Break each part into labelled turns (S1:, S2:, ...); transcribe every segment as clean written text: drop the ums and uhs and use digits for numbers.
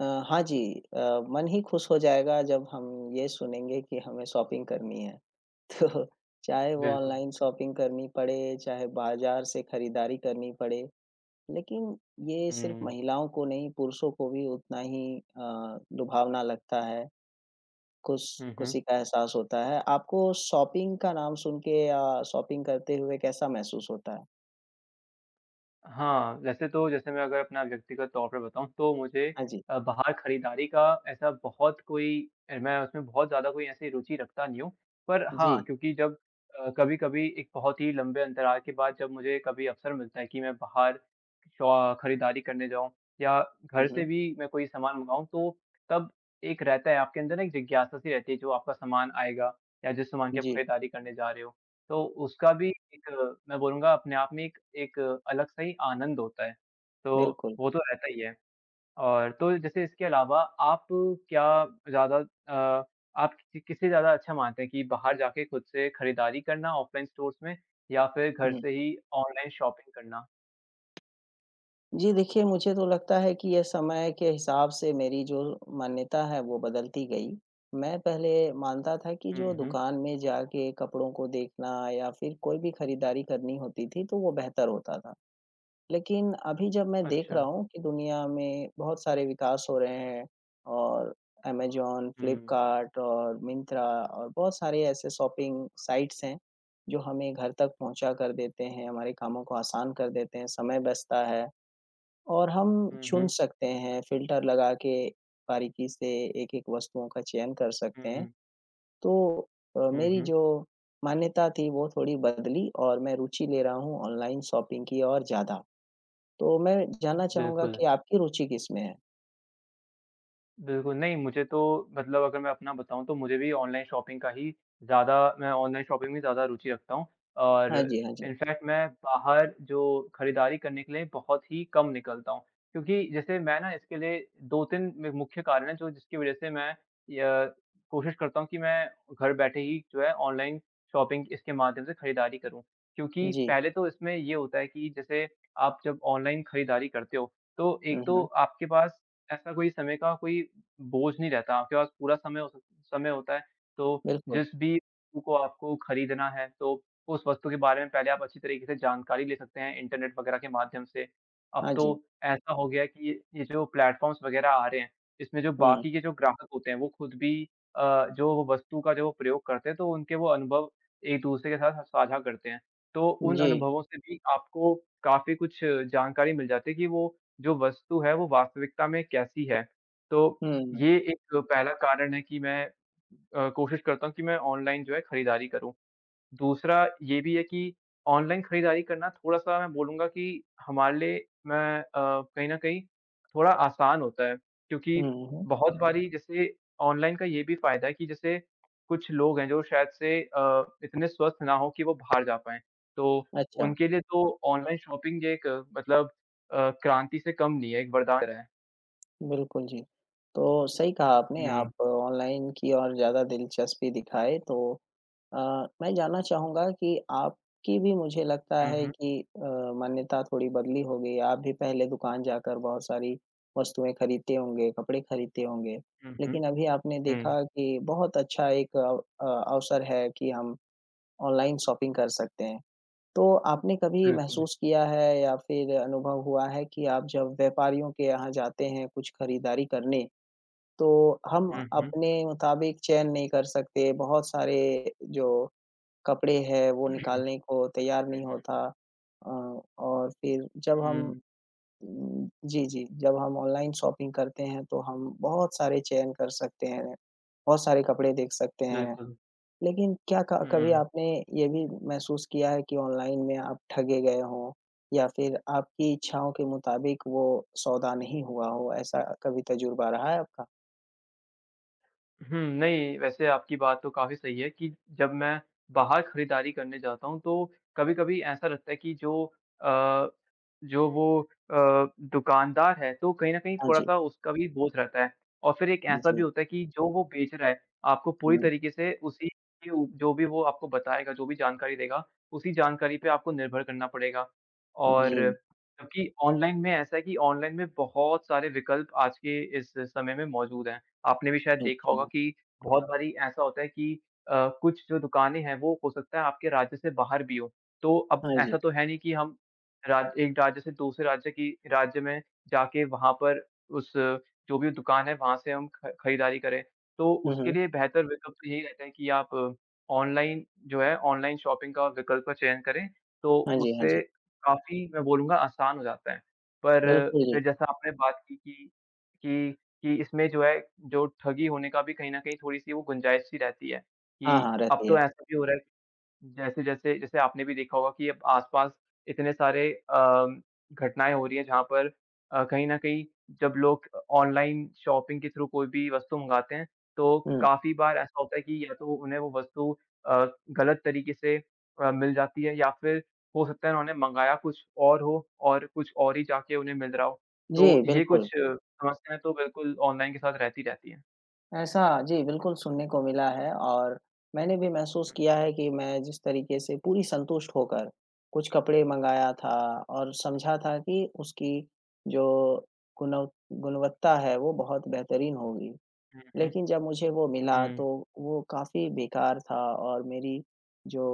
S1: अ, हाँ जी। अ, मन ही खुश हो जाएगा जब हम ये सुनेंगे कि हमें शॉपिंग करनी है। तो चाहे वो
S2: बिल्कुल।
S1: ऑनलाइन शॉपिंग करनी पड़े, चाहे बाज़ार से खरीदारी करनी पड़े, लेकिन ये सिर्फ़
S2: हुँ।
S1: महिलाओं को नहीं, पुरुषों को भी उतना ही लुभावना लगता है। खुश
S2: हुँ, हुँ।
S1: खुशी का एहसास होता है। आपको शॉपिंग का नाम सुन के या शॉपिंग करते हुए कैसा महसूस होता है?
S2: हाँ, वैसे तो जैसे मैं अगर अपना व्यक्तिगत तौर पे बताऊँ तो मुझे
S1: हाँ जी।
S2: बाहर खरीदारी का ऐसा बहुत कोई मैं उसमें बहुत ज़्यादा कोई ऐसी रुचि रखता नहीं हूँ। पर
S1: जी।
S2: हाँ, क्योंकि जब कभी-कभी एक बहुत ही लंबे अंतराल के बाद जब मुझे कभी अवसर मिलता है कि मैं बाहर शॉ खरीदारी करने जाऊँ या घर
S1: हुँ,
S2: से
S1: हुँ।
S2: भी मैं कोई सामान मँगाऊँ तो तब एक रहता है आपके अंदर ना एक जिज्ञासा सी रहती है जो आपका सामान आएगा या जिस सामान की आप
S1: जी,
S2: खरीदारी करने जा रहे हो। तो उसका भी एक मैं बोलूँगा अपने आप में एक एक अलग सा ही आनंद होता है। तो
S1: बिल्कुल।
S2: वो तो रहता ही है। और तो जैसे इसके अलावा आप क्या ज़्यादा अ, आप कि किसे ज़्यादा अच्छा मानते हैं कि बाहर जाके खुद से खरीदारी करना ऑफलाइन स्टोर्स में या फिर घर
S1: हुँ।
S2: से ही ऑनलाइन शॉपिंग करना?
S1: जी, देखिए मुझे तो लगता है कि ये समय के हिसाब से मेरी जो मान्यता है वो बदलती गई। मैं पहले मानता था कि
S2: हुँ,
S1: जो
S2: हुँ।
S1: दुकान में जाके कपड़ों को देखना या फिर कोई भी खरीदारी करनी होती थी तो वो बेहतर होता था। लेकिन अभी जब मैं देख
S2: अच्छा।
S1: रहा हूँ कि दुनिया में बहुत सारे विकास हो रहे हैं और अमेज़न,
S2: हुँ।
S1: फ्लिपकार्ट और मिंत्रा और बहुत सारे ऐसे शॉपिंग साइट्स हैं, जो हमें घर तक पहुँचा कर देते हैं, हमारे कामों को आसान कर देते हैं, समय बचता है। और हम
S2: हुँ,
S1: चुन
S2: हुँ।
S1: सकते हैं फ़िल्टर लगा के बारीकी से एक-एक वस्तुओं का चयन कर
S2: हुँ,
S1: सकते हैं।
S2: हुँ।
S1: तो मेरी
S2: हुँ,
S1: जो मान्यता थी वो थोड़ी बदली और मैं रुचि ले रहा हूँ ऑनलाइन शॉपिंग की और ज़्यादा। तो मैं जानना चाहूँगा
S2: बिल्कुल।
S1: कि आपकी रुचि किसमें है?
S2: बिल्कुल, नहीं मुझे तो मतलब अगर मैं अपना बताऊँ तो मुझे भी ऑनलाइन शॉपिंग का ही ज़्यादा मैं ऑनलाइन शॉपिंग में ज़्यादा रुचि रखता हूँ और
S1: हाँ जी, हाँ जी।
S2: इनफैक्ट मैं बाहर जो खरीदारी करने के लिए बहुत ही कम निकलता हूँ। क्योंकि जैसे मैं ना इसके लिए 2-3 म मुख्य कारण हैं जो जिसकी वज़ह से मैं य कोशिश करता हूँ कि मैं घर बैठे ही जो है ऑनलाइन शॉपिंग इसके माध्यम से खरीदारी करूँ। क्योंकि
S1: जी।
S2: पहले तो इसमें ये होता है कि जैसे आप जब ऑनलाइन खरीदारी करते हो, तो एक
S1: हुँ,
S2: तो
S1: हुँ।
S2: आपके पास ऐसा कोई समय का कोई बोझ नहीं रहता, आपके पास पूरा समय हो सक समय होता है, तो
S1: बिल्कुल।
S2: जिस भी वस्तु को आपको खरीदना है, तो उस वस्तु के बारे में पहले आप अच्छी तरीके से जानकारी ले सकते हैं इंटरनेट वगैरह के माध्यम से। अब
S1: हाँ
S2: तो
S1: जी।
S2: ऐसा हो गया है कि ये जो प्लेटफ़ॉर्म्स वगैरह आ रहे हैं, इसमें जो
S1: हुँ।
S2: बाकी के जो ग्राहक होते हैं, वो खुद भी जो वो वस्तु का जो वो प्रयोग करते हैं, तो उनके वो अनुभव एक-दूसरे के साथ साझा करते हैं। तो उन
S1: जी।
S2: अनुभवों से भी आपको काफ़ी कुछ जानकारी मिल जाती है कि वो जो वस्तु है, वो वास्तविकता में कैसी है। तो
S1: हुँ।
S2: ये एक पहला कारण है कि मैं कोशिश करता हूँ कि मैं ऑनलाइन जो है खरीदारी करूँ। दूसरा ये भी है कि ऑनलाइन खरीदारी करना थोड़ा-सा मैं बोलूँगा कि हमारे लिए मैं कहीं न कहीं थोड़ा आसान होता है। क्योंकि
S1: हुँ, हुँ।
S2: बहुत हुँ। बारी जैसे ऑनलाइन का ये भी फ़ायदा है कि जैसे कुछ लोग हैं जो शायद से इतने स्वस्थ ना हों कि वो बाहर जा पाएँ। तो
S1: अच्छा।
S2: उनके लिए तो ऑनलाइन शॉपिंग एक मतलब क्रांति से कम नहीं है, एक वरदान है।
S1: बिल्कुल जी। तो सही कहा आपने,
S2: हुँ।
S1: आप ऑनलाइन की और ज़्यादा दिलचस्पी दिखाए तो अ, मैं जानना चाहूँगा कि आपकी भी मुझे लगता
S2: हुँ,
S1: है
S2: हुँ।
S1: कि मान्यता थोड़ी बदली हो गई है। आप भी पहले दुकान जाकर बहुत सारी वस्तुएँ खरीदते होंगे, कपड़े खरीदते होंगे।
S2: हुँ, हुँ।
S1: लेकिन अभी आपने
S2: हुँ।
S1: देखा कि बहुत अच्छा एक अवसर है कि हम ऑनलाइन शॉपिंग कर सकते हैं। तो आपने कभी
S2: बिल्कुल।
S1: महसूस किया है या फिर अनुभव हुआ है कि आप जब व्यापारियों के यहाँ जाते हैं कुछ खरीदारी करने, तो हम
S2: हुँ, हुँ।
S1: अपने मुताबिक चयन नहीं कर सकते, बहुत सारे जो कपड़े है, वो
S2: हुँ,
S1: निकालने को तैयार नहीं
S2: हुँ,
S1: होता। अ, और फिर जब हम
S2: हुँ,
S1: जी, जी, जब हम ऑनलाइन शॉपिंग करते हैं, तो हम बहुत सारे चयन कर सकते हैं, बहुत सारे कपड़े देख सकते हैं।
S2: बिल्कुल।
S1: लेकिन क्या क कभी
S2: हुँ।
S1: आपने ये भी महसूस किया है कि ऑनलाइन में आप ठगे गए हों या फिर आपकी इच्छाओं के मुताबिक वो सौदा नहीं हुआ हो? ऐसा कभी तजुर्बा रहा है आपका?
S2: हुँ, नहीं, वैसे आपकी बात तो काफ़ी सही है कि जब मैं बाहर खरीदारी करने जाता हूँ, तो कभी-कभी ऐसा लगता है कि जो अ, जो वो अ, दुकानदार है, तो कहीं न कहीं
S1: हाँ जी।
S2: थोड़ा-सा उसका भी बोझ रहता है। और फिर एक ऐसा भी
S1: जी।
S2: होता है कि जो वो बेच रहा है, आपको पूरी
S1: हुँ,
S2: तरीके से उसी के उ जो भी वो आपको बताएगा, जो भी जानकारी देगा, उसी जानकारी पे आपको निर्भर करना पड़ेगा। और
S1: जी।
S2: जबकि ऑनलाइन में ऐसा है कि ऑनलाइन में बहुत सारे विकल्प आज के इस समय में मौजूद हैं। आपने भी शायद देखा होगा
S1: अच्छा।
S2: कि बहुत बारी ऐसा होता है कि कुछ जो दुकानें हैं वो हो सकता है आपके राज्य से बाहर भी हो। तो अब
S1: हाँ
S2: ऐसा
S1: जी।
S2: तो है नहीं कि हम राज एक राज्य से दूसरे राज्य की राज्य में जाके वहाँ पर उस जो भी दुकान है वहाँ से हम ख खरीदारी करें। तो
S1: हुँ,
S2: उसके
S1: हुँ।
S2: लिए बेहतर विकल्प तो यही रहता है कि आप ऑनलाइन जो है ऑनलाइन शॉपिंग का विकल्प का चयन करें, तो
S1: हाँ जी, हाँ
S2: उससे
S1: जी।
S2: काफ़ी मैं बोलूँगा आसान हो जाता है। पर
S1: बिल्कुल जी।
S2: फिर जैसा आपने बात की कि कि इसमें जो है, जो ठगी होने का भी कहीं न कहीं थोड़ी-सी वो गुंजाइश-सी रहती है,
S1: हाँ,
S2: कि
S1: हाँ,
S2: अब
S1: रहती
S2: तो
S1: है।
S2: ऐसा भी हो रहा है जैसे, जैसे जैसे आपने भी देखा होगा कि अब आस-पास इतने सारे घटनाएँ हो रही हैं जहाँ पर कहीं न कहीं जब लोग ऑनलाइन शॉपिंग के थ्रू कोई भी वस्तु मँगाते हैं, तो
S1: हुँ,
S2: काफ़ी बार ऐसा होता है कि या तो उन्हें वो वस्तु अ, गलत तरीके से मिल जाती है या फिर हो सकता है उन्होंने मँगाया कुछ और हो और कुछ और ही जाके उन्हें मिल रहा हो। तो
S1: जी,
S2: ये
S1: बिल्कुल।
S2: कुछ समस्याएँ तो बिल्कुल ऑनलाइन के साथ रहती रहती हैं।
S1: ऐसा जी, बिल्कुल सुनने को मिला है और मैंने भी महसूस
S2: हुँ,
S1: किया
S2: हुँ।
S1: है कि मैं जिस तरीके से पूरी संतुष्ट होकर कुछ कपड़े मँगाया था और समझा था कि उसकी जो गुणव गुणवत्ता है, वो बहुत बेहतरीन होगी।
S2: हुँ, हुँ।
S1: लेकिन जब मुझे वो मिला,
S2: हुँ,
S1: तो वो काफ़ी बेकार था और मेरी जो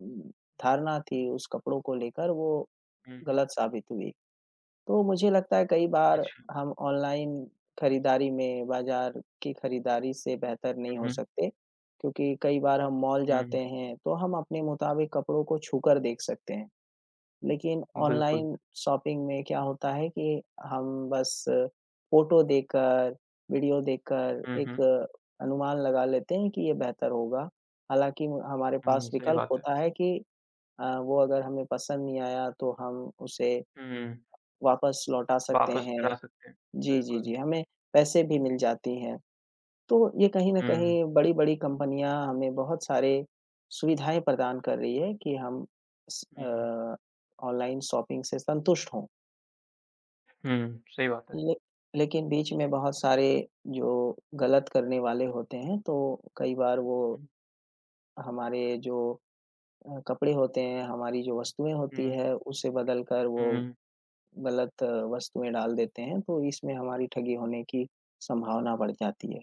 S1: उम, धारणा थी उस कपड़ों को लेकर, वो
S2: हुँ, हुँ।
S1: गलत साबित हुई। तो मुझे लगता है कई बार
S2: अच्छा।
S1: हम ऑनलाइन खरीदारी में बाज़ार की खरीदारी से बेहतर नहीं हो
S2: हुँ,
S1: सकते, क्योंकि कई बार हम मॉल
S2: हुँ, हुँ।
S1: जाते हैं तो हम अपने मुताबिक कपड़ों को छूकर देख सकते हैं। लेकिन
S2: बिल्कुल।
S1: ऑनलाइन शॉपिंग में क्या होता है कि हम बस फ़ोटो देखकर, वीडियो देखकर
S2: हुँ,
S1: एक
S2: हुँ।
S1: अनुमान लगा लेते हैं कि ये बेहतर होगा। हालाँकि हमारे
S2: हुँ,
S1: पास
S2: सही
S1: विकल्प
S2: बात है।
S1: होता है कि वो अगर हमें पसंद नहीं आया तो हम उसे
S2: हुँ,
S1: वापस लौटा सकते
S2: वापस
S1: हैं।
S2: करा सकते हैं।
S1: जी, जी,
S2: बिल्कुल।
S1: जी, हमें पैसे भी मिल जाती हैं। तो ये कहीं न कहीं
S2: हुँ,
S1: बड़ी-बड़ी कंपनियाँ हमें बहुत सारे सुविधाएँ प्रदान कर रही है कि हम स
S2: हुँ,
S1: अ, ऑनलाइन शॉपिंग से संतुष्ट हों।
S2: हुँ, सही बात है।
S1: ले लेकिन बीच में बहुत सारे जो गलत करने वाले होते हैं, तो कई बार वो
S2: हुँ,
S1: हमारे जो कपड़े होते हैं, हमारी जो वस्तुएँ होती
S2: हुँ,
S1: है, उसे बदल कर वो
S2: हुँ।
S1: गलत वस्तुएँ डाल देते हैं, तो इसमें हमारी ठगी होने की संभावना बढ़ जाती है।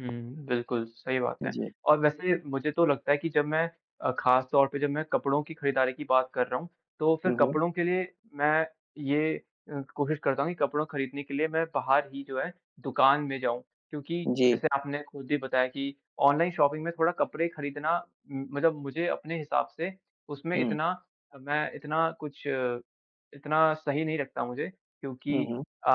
S2: हुँ, बिल्कुल, सही बात है।
S1: जी।
S2: और वैसे मुझे तो लगता है कि जब मैं ख़ास तौर पे जब मैं कपड़ों की खरीदारी की बात कर रहा हूँ, तो फिर
S1: हुँ, हुँ।
S2: कपड़ों के लिए मैं ये कोशिश करता हूँ कि कपड़ों खरीदने के लिए मैं बाहर ही जो है दुकान में जाऊँ। क्योंकि
S1: जी।
S2: जैसे आपने खुद ही बताया कि ऑनलाइन शॉपिंग में थोड़ा कपड़े खरीदना मतलब मुझे अपने हिसाब से उसमें
S1: हुँ,
S2: इतना मैं इतना कुछ इतना सही नहीं लगता मुझे
S1: हुँ,
S2: क्योंकि
S1: हुँ।
S2: अ,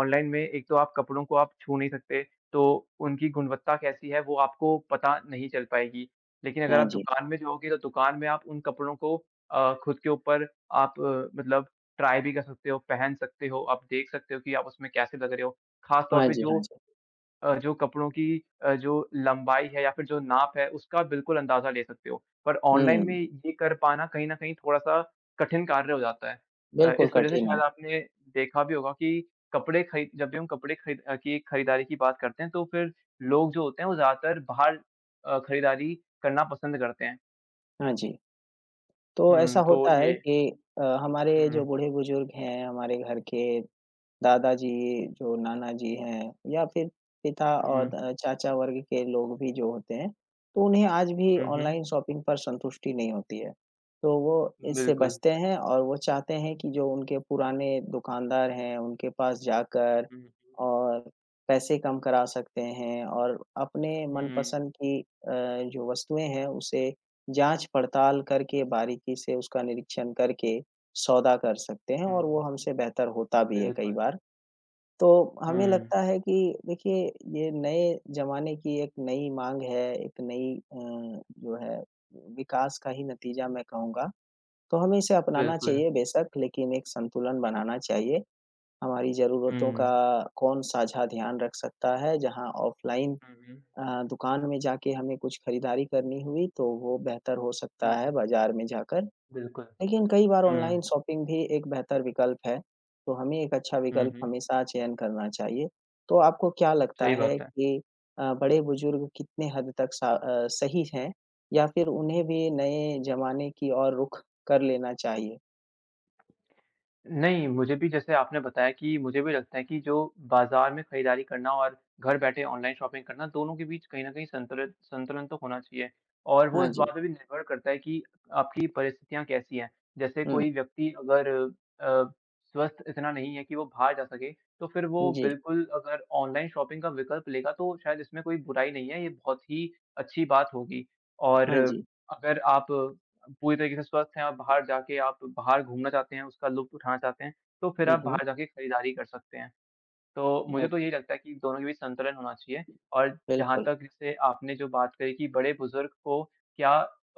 S2: ऑनलाइन में एक तो आप कपड़ों को आप छू नहीं सकते। तो उनकी गुणवत्ता कैसी है वो आपको पता नहीं चल पाएगी। लेकिन अगर
S1: हाँ
S2: आप
S1: जी।
S2: दुकान में जाओगे तो दुकान में आप उन कपड़ों को खुद के ऊपर आप मतलब ट्राई भी कर सकते हो, पहन सकते हो, आप देख सकते हो कि आप उसमें कैसे लग रहे हो। ख़ास तौर
S1: हाँ
S2: पे
S1: जी,
S2: जो
S1: हाँ जी।
S2: जो कपड़ों की जो लंबाई है या फिर जो नाप है, उसका बिल्कुल अंदाज़ा ले सकते हो। पर ऑनलाइन में
S1: हुँ,
S2: ये कर पाना कहीं न कहीं थोड़ा-सा कठिन कार्य हो जाता है।
S1: बिल्कुल
S2: इस वज़ह से
S1: कठिन है।
S2: शायद आपने देखा भी होगा कि कपड़े खरीद जब भी हम कपड़े खरीद की खरीदारी की बात करते हैं, तो फिर लोग जो होते हैं, वो ज़्यादातर बाहर खरीदारी करना पसंद करते हैं।
S1: हाँ जी। तो ऐसा
S2: हुँ, तो
S1: होता
S2: ये
S1: है कि हमारे जो
S2: हुँ,
S1: बूढ़े-बुज़ुर्ग हैं, हमारे घर के दादाजी, जो नाना जी हैं या फिर पिता
S2: हुँ,
S1: और चाचा वर्ग के लोग भी जो होते हैं, तो उन्हें आज भी
S2: हुँ, हुँ,
S1: ऑनलाइन शॉपिंग पर संतुष्टि नहीं होती है। तो वो इससे
S2: बिल्कुल।
S1: बचते हैं और वो चाहते हैं कि जो उनके पुराने दुकानदार हैं, उनके पास जाकर
S2: हुँ, हुँ,
S1: और पैसे कम करा सकते हैं और अपने
S2: हुँ,
S1: मनपसंद की जो वस्तुएँ हैं, उसे जाँच-पड़ताल करके, बारीकी से उसका निरीक्षण करके सौदा कर सकते हैं और वो
S2: हुँ,
S1: हमसे बेहतर होता भी है कई
S2: बिल्कुल।
S1: बार। तो हमें
S2: हुँ,
S1: लगता है कि देखिए ये नए ज़माने की एक नई माँग है, एक नई जो है विकास का ही नतीजा मैं कहूँगा। तो हमें इसे अपनाना
S2: बिल्कुल।
S1: चाहिए बेशक लेकिन एक संतुलन बनाना चाहिए। हमारी ज़रूरतों का
S2: हुँ,
S1: कौन साझा ध्यान रख सकता है जहाँ ऑफ़लाइन
S2: हुँ, हुँ,
S1: दुकान में जाके हमें कुछ खरीदारी करनी हुई तो वो बेहतर हो सकता है
S2: हुँ।
S1: बाज़ार में जाकर।
S2: बिल्कुल।
S1: लेकिन कई बार
S2: हुँ,
S1: ऑनलाइन शॉपिंग भी एक बेहतर विकल्प है, तो हमें एक अच्छा
S2: हुँ,
S1: विकल्प
S2: हुँ,
S1: हमेशा चयन करना चाहिए। तो आपको क्या लगता
S2: सही
S1: है
S2: बात है।
S1: कि बड़े-बुजुर्ग कितने हद तक सही हैं या फिर उन्हें भी नए ज़माने की ओर रुख कर लेना चाहिए?
S2: नहीं, मुझे भी जैसे आपने बताया कि मुझे भी लगता है कि जो बाज़ार में खरीदारी करना और घर बैठे ऑनलाइन शॉपिंग करना, दोनों के बीच कहीं न कहीं संतुलित संतुलन तो होना चाहिए। और वो
S1: हाँ
S2: इस
S1: जी।
S2: बात पे भी निर्भर करता है कि आपकी परिस्थितियाँ कैसी हैं। जैसे
S1: हुँ,
S2: कोई व्यक्ति अगर अ, स्वस्थ इतना नहीं है कि वो बाहर जा सके, तो फिर वो
S1: जी।
S2: बिल्कुल अगर ऑनलाइन शॉपिंग का विकल्प लेगा, तो शायद इसमें कोई बुराई नहीं है, ये बहुत ही अच्छी बात होगी। और
S1: हाँ जी।
S2: अगर आप पूरी तरीके से स्वस्थ हैं और बाहर जाके आप बाहर घूमना चाहते हैं, उसका लुत्फ़ उठाना चाहते हैं, तो फिर
S1: हुँ,
S2: आप
S1: हुँ।
S2: बाहर जाके खरीदारी कर सकते हैं। तो मुझे
S1: ओ
S2: तो यही लगता है कि दोनों के बीच संतुलन होना चाहिए और जहाँ
S1: बिल्कुल।
S2: तक जैसे आपने जो बात कही कि बड़े-बुज़ुर्ग को क्या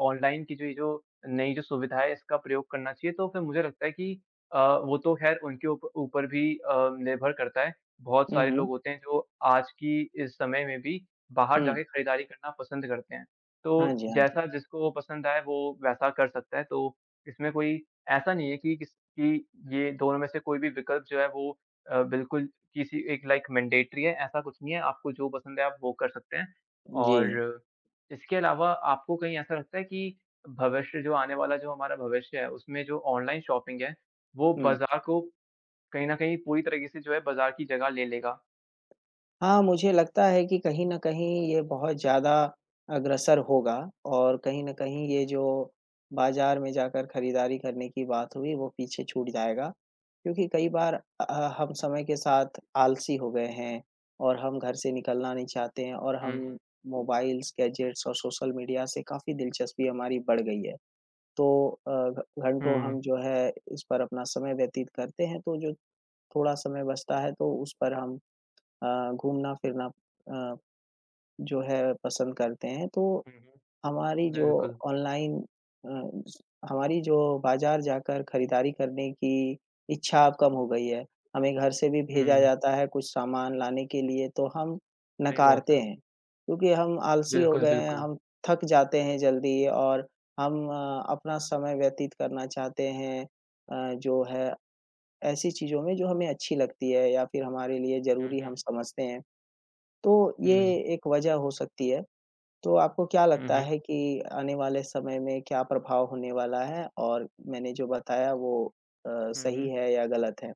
S2: ऑनलाइन की जो ये जो नई जो सुविधा है इसका प्रयोग करना चाहिए, तो फिर मुझे लगता है कि अ, वो तो ख़ैर उनके ऊप ऊपर भी निर्भर करता है। बहुत
S1: हुँ,
S2: सारे लोग
S1: हुँ।
S2: होते हैं जो आज की इस समय में भी बाहर
S1: हुँ।
S2: जाके खरीदारी करना पसंद करते हैं। तो
S1: हाँ जी, हाँ जी।
S2: जैसा जिसको पसंद आए वो वैसा कर सकता है, तो इसमें कोई ऐसा नहीं है कि ये दोनों में से कोई भी विकल्प जो है वो बिल्कुल किसी एक लाइक मैंडेटरी है, ऐसा कुछ नहीं है, आपको जो पसंद है आप वो कर सकते हैं।
S1: जी।
S2: और इसके अलावा आपको कहीं ऐसा लगता है कि भविष्य जो आने वाला जो हमारा भविष्य है, उसमें जो ऑनलाइन शॉपिंग है, वो
S1: हुँ।
S2: बाज़ार को कहीं न कहीं पूरी तरीके से जो है बाज़ार की जगह ले लेगा?
S1: हाँ, मुझे लगता है कि कहीं न कहीं ये बहुत ज़्यादा अग्रसर होगा और कहीं न कहीं ये
S2: हुँ,
S1: जो बाज़ार में जाकर खरीदारी करने की बात हुई, वो पीछे छूट जाएगा। क्योंकि कई बार हम समय के साथ आलसी हो गए हैं और हम घर से निकलना नहीं चाहते हैं और
S2: हुँ,
S1: हम
S2: हुँ,
S1: मोबाइल्स, गैजेट्स और सोशल मीडिया से काफ़ी दिलचस्पी हमारी बढ़ गई है। तो घ घंटों
S2: हुँ,
S1: हम जो है इस पर अपना समय व्यतीत करते हैं, तो जो थोड़ा समय बचता है, तो उस पर हम अ, घूमना-फिरना अ, जो है पसंद करते हैं, तो
S2: हुँ, हुँ,
S1: हमारी जो
S2: बिल्कुल।
S1: ऑनलाइन अ, हमारी जो बाज़ार जाकर खरीदारी करने की इच्छा अब कम हो गई है। हमें घर से भी भेजा
S2: हुँ,
S1: जाता है कुछ सामान लाने के लिए, तो हम
S2: सही बात
S1: नकारते
S2: है।
S1: हैं, क्योंकि हम आलसी हो
S2: बिल्कुल,
S1: गए हैं,
S2: बिल्कुल।
S1: हम थक जाते हैं जल्दी और हम अपना समय व्यतीत करना चाहते हैं जो है ऐसी चीज़ों में जो हमें अच्छी लगती है या फिर हमारे लिए
S2: हुँ,
S1: ज़रूरी
S2: हुँ,
S1: हम समझते हैं। तो ये
S2: हुँ,
S1: एक वजह हो सकती है। तो आपको क्या
S2: हुँ,
S1: लगता
S2: हुँ,
S1: है कि आने वाले समय में क्या प्रभाव होने वाला है और मैंने जो बताया वो
S2: हुँ,
S1: सही
S2: हुँ।
S1: है या गलत है?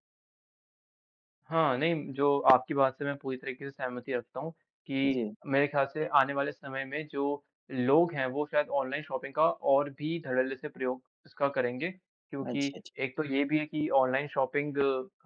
S2: हाँ, नहीं, जो आपकी बात से मैं पूरी तरीके से सहमति रखता हूँ कि
S1: जी।
S2: मेरे ख़्याल से आने वाले समय में जो लोग हैं, वो शायद ऑनलाइन शॉपिंग का और भी धड़ल्ले से प्रयोग इसका करेंगे। क्योंकि
S1: अच्छा, अच्छा।
S2: एक तो ये भी है कि ऑनलाइन शॉपिंग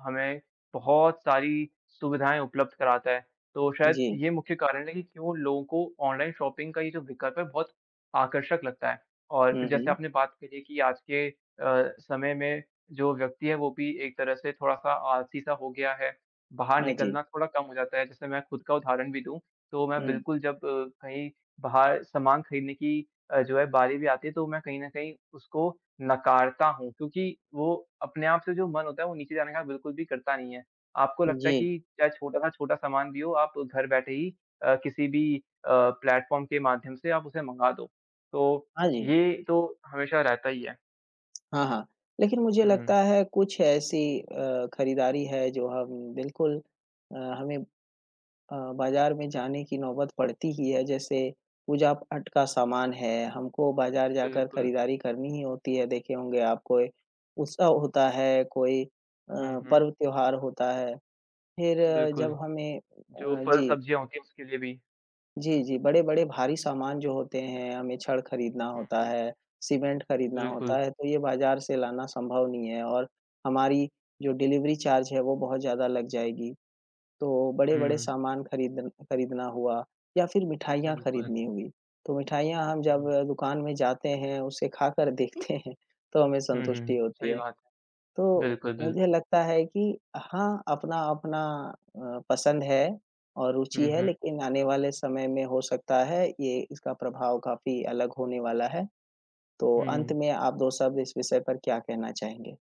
S2: हमें बहुत सारी सुविधाएँ उपलब्ध कराता है। तो शायद
S1: जी।
S2: ये मुख्य कारण है कि क्यों लोगों को ऑनलाइन शॉपिंग का ये जो विकल्प है, बहुत आकर्षक लगता है। और
S1: हुँ,
S2: फिर जैसे
S1: हुँ।
S2: आपने बात करी है कि आज के समय में जो व्यक्ति है वो भी एक तरह से थोड़ा-सा आलसी-सा हो गया है, बाहर
S1: हाँ जी।
S2: निकलना थोड़ा कम हो जाता है। जैसे मैं खुद का उदाहरण भी दूँ, तो मैं
S1: हुँ।
S2: बिल्कुल जब कहीं बाहर सामान खरीदने की जो है बारी भी आती है तो मैं कहीं न कहीं उसको नकारता हूँ क्योंकि वो अपने आप से जो मन होता है वो नीचे जाने का बिल्कुल भी करता नहीं है। आपको लगता है
S1: जी।
S2: कि चाहे छोटा से छोटा सामान भी हो, आप घर बैठे ही किसी भी प्लेटफ़ॉर्म के माध्यम से आप उसे मँगा दो। तो
S1: हाँ जी।
S2: ये तो हमेशा रहता ही है।
S1: हाँ, हाँ। लेकिन मुझे
S2: हुँ,
S1: लगता है कुछ ऐसी खरीदारी है जो हम बिल्कुल हमें बाज़ार में जाने की नौबत पड़ती ही है, जैसे पूजा-पाठ का सामान है, हमको बाज़ार जाकर
S2: बिल्कुल।
S1: खरीदारी करनी ही होती है। देखे होंगे आप कोई उत्सव होता है, कोई
S2: हुँ, हुँ,
S1: पर्व त्योहार होता है, फिर
S2: बिल्कुल,
S1: जब हमें
S2: जो
S1: जी,
S2: फल-सब्जियाँ होती हैं उसके लिए भी।
S1: जी, जी, बड़े-बड़े भारी सामान जो होते हैं, हमें छड़ खरीदना
S2: हुँ,
S1: होता
S2: हुँ,
S1: है, सीमेंट खरीदना
S2: बिल्कुल,
S1: होता है, तो ये बाज़ार से लाना संभव नहीं है और हमारी जो डिलीवरी चार्ज है, वो बहुत ज़्यादा लग जाएगी। तो बड़े-बड़े
S2: हुँ,
S1: सामान खरीदना हुआ या फिर मिठाइयाँ
S2: बिल्कुल,
S1: खरीदनी हुई। तो मिठाइयाँ हम
S2: हुँ,
S1: जब
S2: हुँ,
S1: दुकान में जाते हैं, उसे खाकर देखते हैं, तो हमें
S2: हुँ, हुँ,
S1: संतुष्टि होती
S2: सही
S1: है।
S2: बात है,
S1: तो
S2: बिल्कुल,
S1: मुझे
S2: बिल्कुल,
S1: लगता है कि हाँ, अपना-अपना पसंद है और रुचि
S2: हुँ,
S1: है,
S2: हुँ,
S1: लेकिन आने वाले समय में हो सकता है ये इसका प्रभाव काफ़ी अलग होने वाला है। तो अंत
S2: हुँ।
S1: में आप 2 शब्द इस विषय पर क्या कहना चाहेंगे?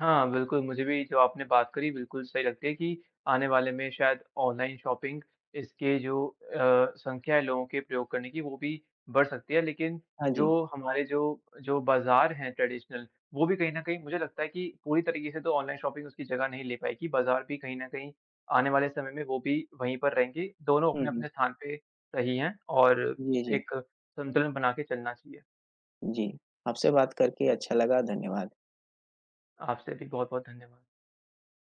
S2: हाँ, बिल्कुल, मुझे भी जो आपने बात करी बिल्कुल सही लगती है कि आने वाले में शायद ऑनलाइन शॉपिंग इसके जो संख्या है लोगों के प्रयोग करने की वो भी बढ़ सकती है। लेकिन
S1: हाँ
S2: जो
S1: जी।
S2: हमारे जो जो बाज़ार हैं ट्रेडिशनल वो भी कहीं न कहीं मुझे लगता है कि पूरी तरीके से तो ऑनलाइन शॉपिंग उसकी जगह नहीं ले पाएगी। बाज़ार भी कहीं न कहीं आने वाले समय में वो भी वहीं पर रहेंगे। दोनों
S1: हुँ, हुँ।
S2: अपने-अपने स्थान पे सही हैं और
S1: जी, जी।
S2: एक संतुलन बना के चलना चाहिए।
S1: जी, आपसे बात करके अच्छा लगा। धन्यवाद।
S2: आपसे भी बहुत-बहुत धन्यवाद।